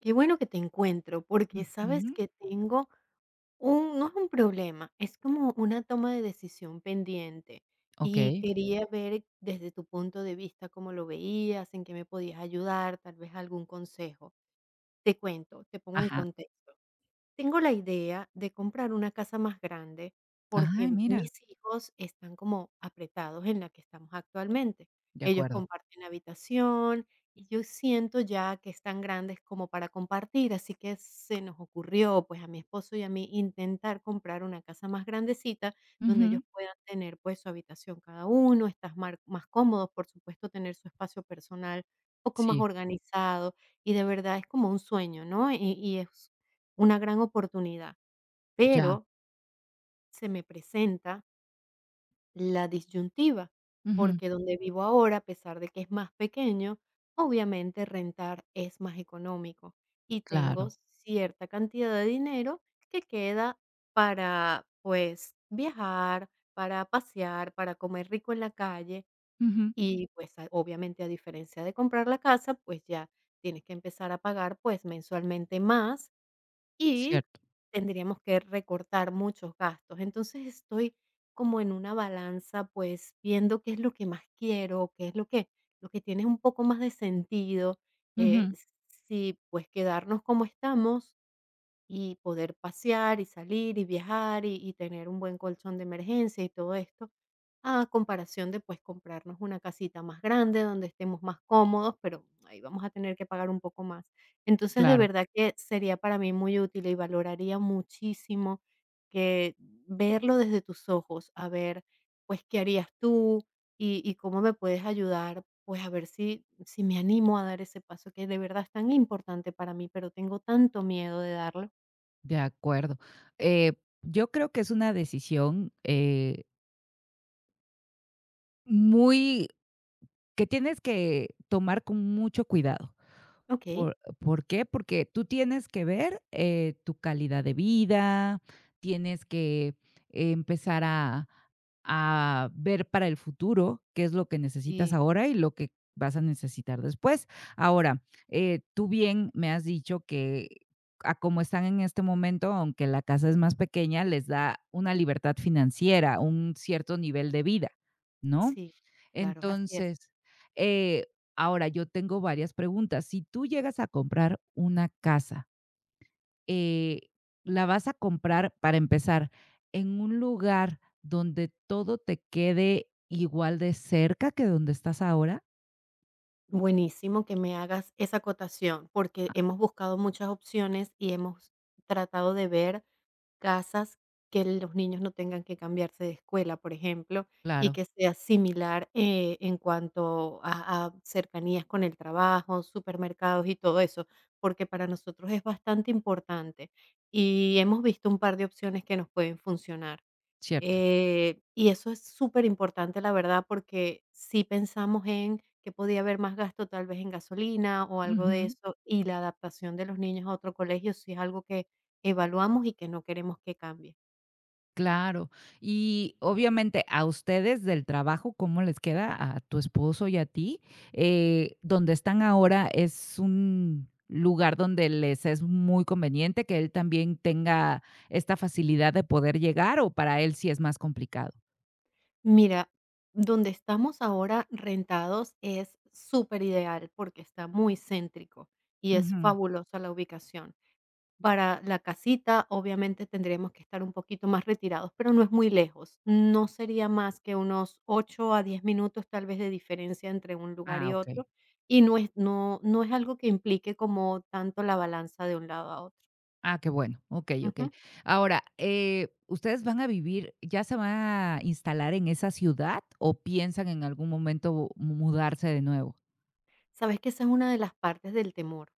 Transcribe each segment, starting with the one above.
Qué bueno que te encuentro, porque sabes Ujú, que tengo un, no es un problema, es como una toma de decisión pendiente. Y okey, quería ver desde tu punto de vista cómo lo veías, en qué me podías ayudar, tal vez algún consejo. Te cuento, te pongo en ajá, contexto. Tengo la idea de comprar una casa más grande ay, porque mira, mis hijos están como apretados en la que estamos actualmente. de Ellos acuerdo, comparten habitación y yo siento ya que están grandes como para compartir, así que se nos ocurrió pues a mi esposo y a mí intentar comprar una casa más grandecita donde ujú, ellos puedan tener pues su habitación cada uno, estar más cómodos, por supuesto, tener su espacio personal un poco más sí, organizado y de verdad es como un sueño, ¿no? Y es una gran oportunidad, ya, pero se me presenta la disyuntiva, ujú, porque donde vivo ahora, a pesar de que es más pequeño, obviamente rentar es más económico y tengo claro, cierta cantidad de dinero que queda para, pues, viajar, para pasear, para comer rico en la calle ujú, y, pues, obviamente a diferencia de comprar la casa, pues ya tienes que empezar a pagar, pues, mensualmente más y cierto, tendríamos que recortar muchos gastos. Entonces, estoy como en una balanza, pues, viendo qué es lo que más quiero, qué es lo que tiene un poco más de sentido, eh, ujú, si, pues, quedarnos como estamos y poder pasear y salir y viajar y tener un buen colchón de emergencia y todo esto, a comparación de, pues, comprarnos una casita más grande, donde estemos más cómodos, pero ahí vamos a tener que pagar un poco más. Entonces, de claro, verdad que sería para mí muy útil y valoraría muchísimo que verlo desde tus ojos, a ver, pues, qué harías tú y cómo me puedes ayudar, pues, a ver si me animo a dar ese paso que de verdad es tan importante para mí, pero tengo tanto miedo de darlo. de acuerdo. eh, yo creo que es una decisión, muy que tienes que tomar con mucho cuidado. Okey. ¿Por qué? Porque tú tienes que ver, tu calidad de vida, tienes que empezar a ver para el futuro qué es lo que necesitas Y ahora y lo que vas a necesitar después. Ahora, tú bien me has dicho que a como están en este momento, aunque la casa es más pequeña, les da una libertad financiera, un cierto nivel de vida, ¿no? sí, claro, así es. Entonces, eh, ahora yo tengo varias preguntas. Si tú llegas a comprar una casa, eh, la vas a comprar, para empezar, en un lugar donde todo te quede igual de cerca que donde estás ahora. Buenísimo que me hagas esa acotación, porque hemos buscado muchas opciones y hemos tratado de ver casas que los niños no tengan que cambiarse de escuela, por ejemplo, y Claro, que sea similar en cuanto a cercanías con el trabajo, supermercados y todo eso, porque para nosotros es bastante importante y hemos visto un par de opciones que nos pueden funcionar. cierto. Y eso es súper importante, la verdad, porque si pensamos en que podía haber más gasto tal vez en gasolina o algo de eso, y la adaptación de los niños a otro colegio, sí es algo que evaluamos y que no queremos que cambie. Claro. Y obviamente a ustedes del trabajo, ¿cómo les queda a tu esposo y a ti? Donde están ahora es un lugar donde les es muy conveniente que él también tenga esta facilidad de poder llegar o para él sí es más complicado. Mira, donde estamos ahora rentados es súper ideal porque está muy céntrico y es Ujú. fabulosa la ubicación. Para la casita, obviamente tendríamos que estar un poquito más retirados, pero no es muy lejos. No sería más que unos 8 a 10 minutos, tal vez, de diferencia entre un lugar Ah, y okey. otro, y no es no es algo que implique como tanto la balanza de un lado a otro. Ah, qué bueno. Okey, okey. Ujú. Ahora, ¿ustedes van a vivir ya se van a instalar en esa ciudad o piensan en algún momento mudarse de nuevo? ¿Sabes que esa es una de las partes del temor?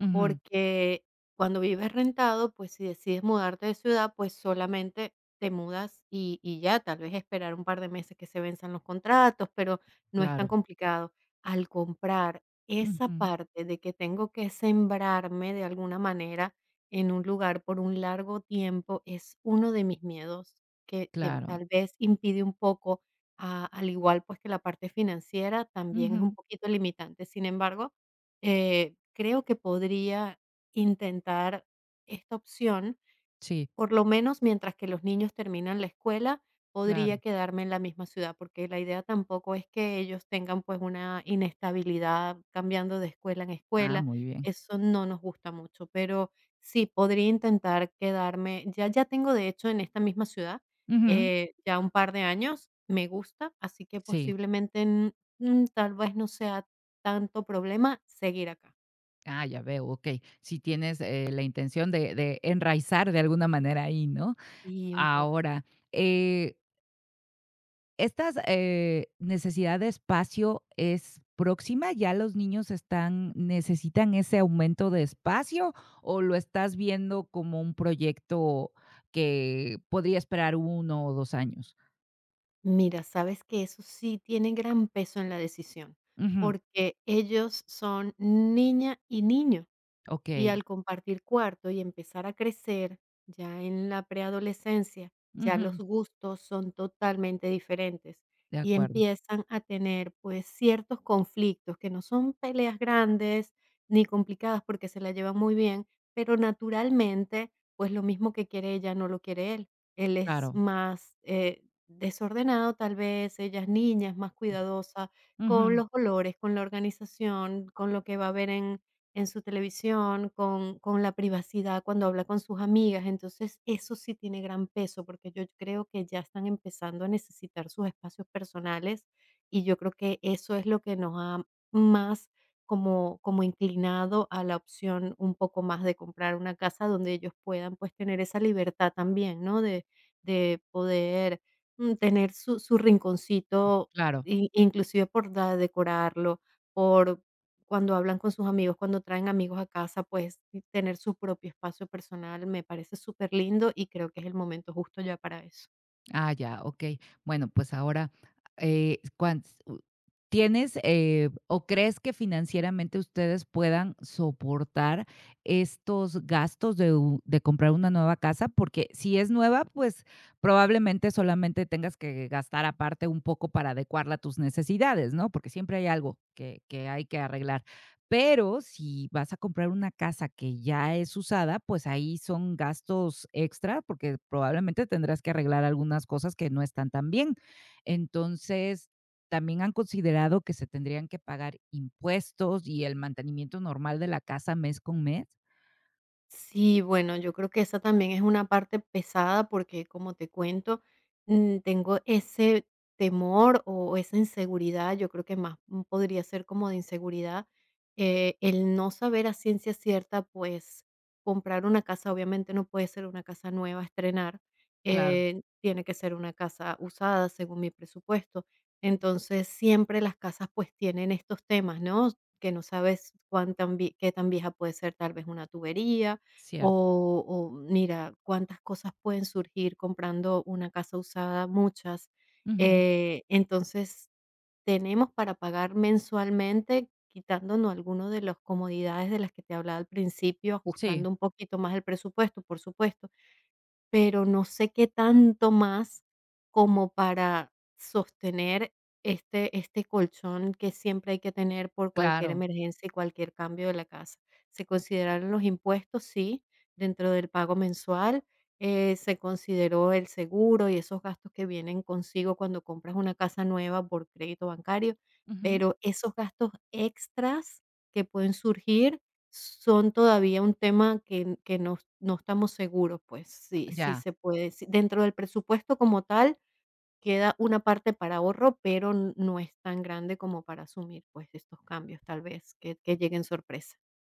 Ujú, Porque cuando vives rentado, pues si decides mudarte de ciudad, pues solamente te mudas y ya, tal vez esperar un par de meses que se venzan los contratos, pero no es tan claro. complicado. Al comprar esa Ujú, parte de que tengo que sembrarme de alguna manera en un lugar por un largo tiempo, es uno de mis miedos que claro. tal vez impide un poco, al igual pues que la parte financiera también es un Ujú. poquito limitante. Sin embargo, creo que podría intentar esta opción, Sí, por lo menos mientras que los niños terminan la escuela, podría claro. quedarme en la misma ciudad, porque la idea tampoco es que ellos tengan pues una inestabilidad cambiando de escuela en Ah, escuela, muy bien. eso no nos gusta mucho, pero sí podría intentar quedarme, ya, ya tengo de hecho en esta misma ciudad Ujú, ya un par de años, me gusta, así que sí. posiblemente tal vez no sea tanto problema seguir acá. Ah, ya veo, okey. Si tienes, la intención de enraizar de alguna manera ahí, ¿no? Y un poco. Ahora, eh, estas, necesidad de espacio, ¿es próxima? ¿Ya los niños están necesitan ese aumento de espacio, o lo estás viendo como un proyecto que podría esperar 1 o 2 años? Mira, sabes que eso sí tiene gran peso en la decisión, Ujú, porque ellos son niña y niño. Y okey. al compartir cuarto y empezar a crecer, ya en la preadolescencia, ya los Ujú, gustos son totalmente diferentes de y acuerdo. empiezan a tener, pues, ciertos conflictos que no son peleas grandes ni complicadas porque se la llevan muy bien, pero naturalmente, pues, lo mismo que quiere ella no lo quiere él. Él es Claro, más, desordenado tal vez, ella es niña, es más cuidadosa con ujú, los olores, con la organización, con lo que va a haber en su televisión, con la privacidad cuando habla con sus amigas. Entonces, eso sí tiene gran peso, porque yo creo que ya están empezando a necesitar sus espacios personales, y yo creo que eso es lo que nos ha más como inclinado a la opción un poco más de comprar una casa donde ellos puedan, pues, tener esa libertad también, ¿no? De poder, tener su rinconcito, claro. i inclusive por da decorarlo, por cuando hablan con sus amigos, cuando traen amigos a casa, pues y tener su propio espacio personal me parece súper lindo y creo que es el momento justo ya para eso. Ah, ya, okey. Bueno, pues ahora, cuan u ¿tienes, o crees que financieramente ustedes puedan soportar estos gastos de u de comprar una nueva casa? Porque si es nueva, pues probablemente solamente tengas que gastar aparte un poco para adecuarla a tus necesidades, ¿no? Porque siempre hay algo que hay que arreglar. Pero si vas a comprar una casa que ya es usada, pues ahí son gastos extra, porque probablemente tendrás que arreglar algunas cosas que no están tan bien. Entonces, también han considerado que se tendrían que pagar impuestos y el mantenimiento normal de la casa mes con mes. Sí, bueno, yo creo que esa también es una parte pesada porque, como te cuento, tengo ese temor o esa inseguridad, yo creo que más podría ser como de inseguridad, el no saber a ciencia cierta, pues comprar una casa, obviamente no puede ser una casa nueva, estrenar, Claro, tiene que ser una casa usada según mi presupuesto. Entonces, siempre las casas pues tienen estos temas, ¿no? Que no sabes qué tan vieja puede ser tal vez una tubería cierto. O mira, cuántas cosas pueden surgir comprando una casa usada, muchas. Ujú. Entonces, tenemos para pagar mensualmente, quitándonos alguno de las comodidades de las que te hablaba al principio, Sí, ajustando un poquito más el presupuesto, por supuesto. Pero no sé qué tanto más como para sostener este este colchón que siempre hay que tener por cualquier claro. emergencia y cualquier cambio de la casa. Se consideraron los impuestos, sí, dentro del pago mensual, se consideró el seguro y esos gastos que vienen consigo cuando compras una casa nueva por crédito bancario, Ujú. pero esos gastos extras que pueden surgir son todavía un tema que no estamos seguros, pues, si Ya. se puede, si dentro del presupuesto como tal, queda una parte para ahorro, pero n no es tan grande como para asumir, pues, estos cambios, tal vez, que lleguen sorpresa.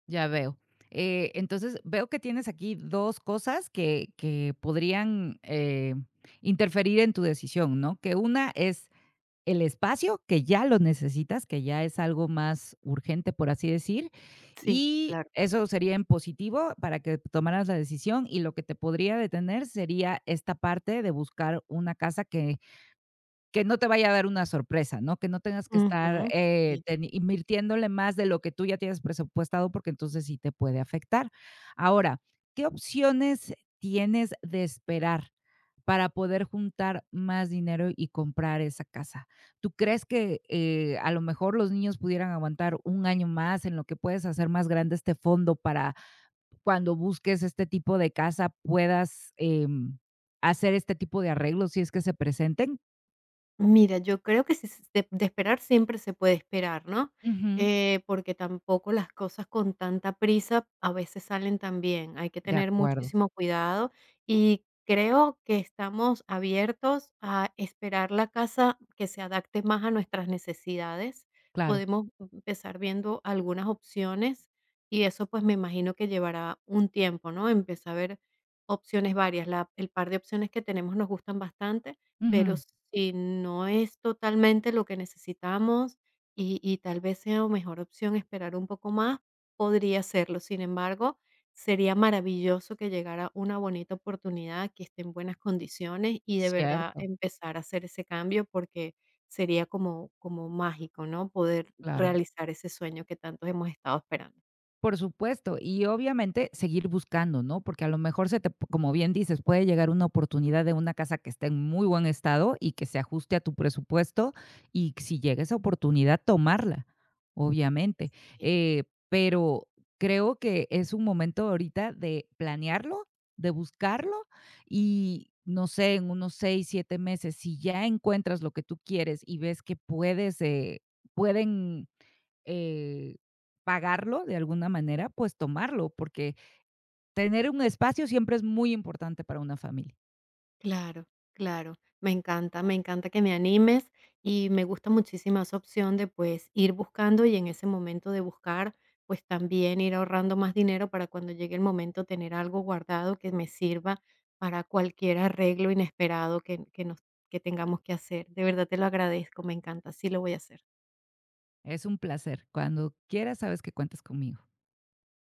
Ya veo. Entonces, veo que tienes aquí 2 cosas que podrían, interferir en tu decisión, ¿no? Que una es el espacio, que ya lo necesitas, que ya es algo más urgente, por así decir, Sí, y claro. eso sería en positivo para que tomaras la decisión, y lo que te podría detener sería esta parte de buscar una casa que no te vaya a dar una sorpresa, ¿no? Que no tengas que estar, Ujú, sí. ten invirtiéndole más de lo que tú ya tienes presupuestado, porque entonces sí te puede afectar. Ahora, ¿qué opciones tienes de esperar para poder juntar más dinero y comprar esa casa? ¿Tú crees que, a lo mejor los niños pudieran aguantar un año más en lo que puedes hacer más grande este fondo para cuando busques este tipo de casa puedas, hacer este tipo de arreglos si es que se presenten? Mira, yo creo que si s de esperar siempre se puede esperar, ¿no? Ujú. Porque tampoco las cosas con tanta prisa a veces salen tan bien. Hay que De tener acuerdo, muchísimo cuidado y creo que estamos abiertos a esperar la casa que se adapte más a nuestras necesidades. claro. Podemos empezar viendo algunas opciones y eso, pues, me imagino que llevará un tiempo, ¿no? Empezar a ver opciones varias. La El par de opciones que tenemos nos gustan bastante. Pero Ujú. si no es totalmente lo que necesitamos y tal vez sea mejor opción esperar un poco más, podría serlo. Sin embargo, sería maravilloso que llegara una bonita oportunidad, que esté en buenas condiciones y de verdad Cierto, empezar a hacer ese cambio, porque sería como mágico, ¿no?, poder claro. realizar ese sueño que tantos hemos estado esperando. Por supuesto, y obviamente seguir buscando, ¿no? Porque a lo mejor se te, como bien dices, puede llegar una oportunidad de una casa que esté en muy buen estado y que se ajuste a tu presupuesto y si llega esa oportunidad, tomarla, obviamente. Pero creo que es un momento ahorita de planearlo, de buscarlo y no sé, en unos 6, 7 meses, si ya encuentras lo que tú quieres y ves que puedes, pueden eh, pagarlo de alguna manera, pues tomarlo, porque tener un espacio siempre es muy importante para una familia. Claro, claro. Me encanta que me animes y me gusta muchísimo esa opción de pues ir buscando y en ese momento de buscar, pues también ir ahorrando más dinero para cuando llegue el momento tener algo guardado que me sirva para cualquier arreglo inesperado que, que tengamos que hacer. De verdad te lo agradezco, me encanta, sí lo voy a hacer. Es un placer. Cuando quieras, sabes que cuentas conmigo.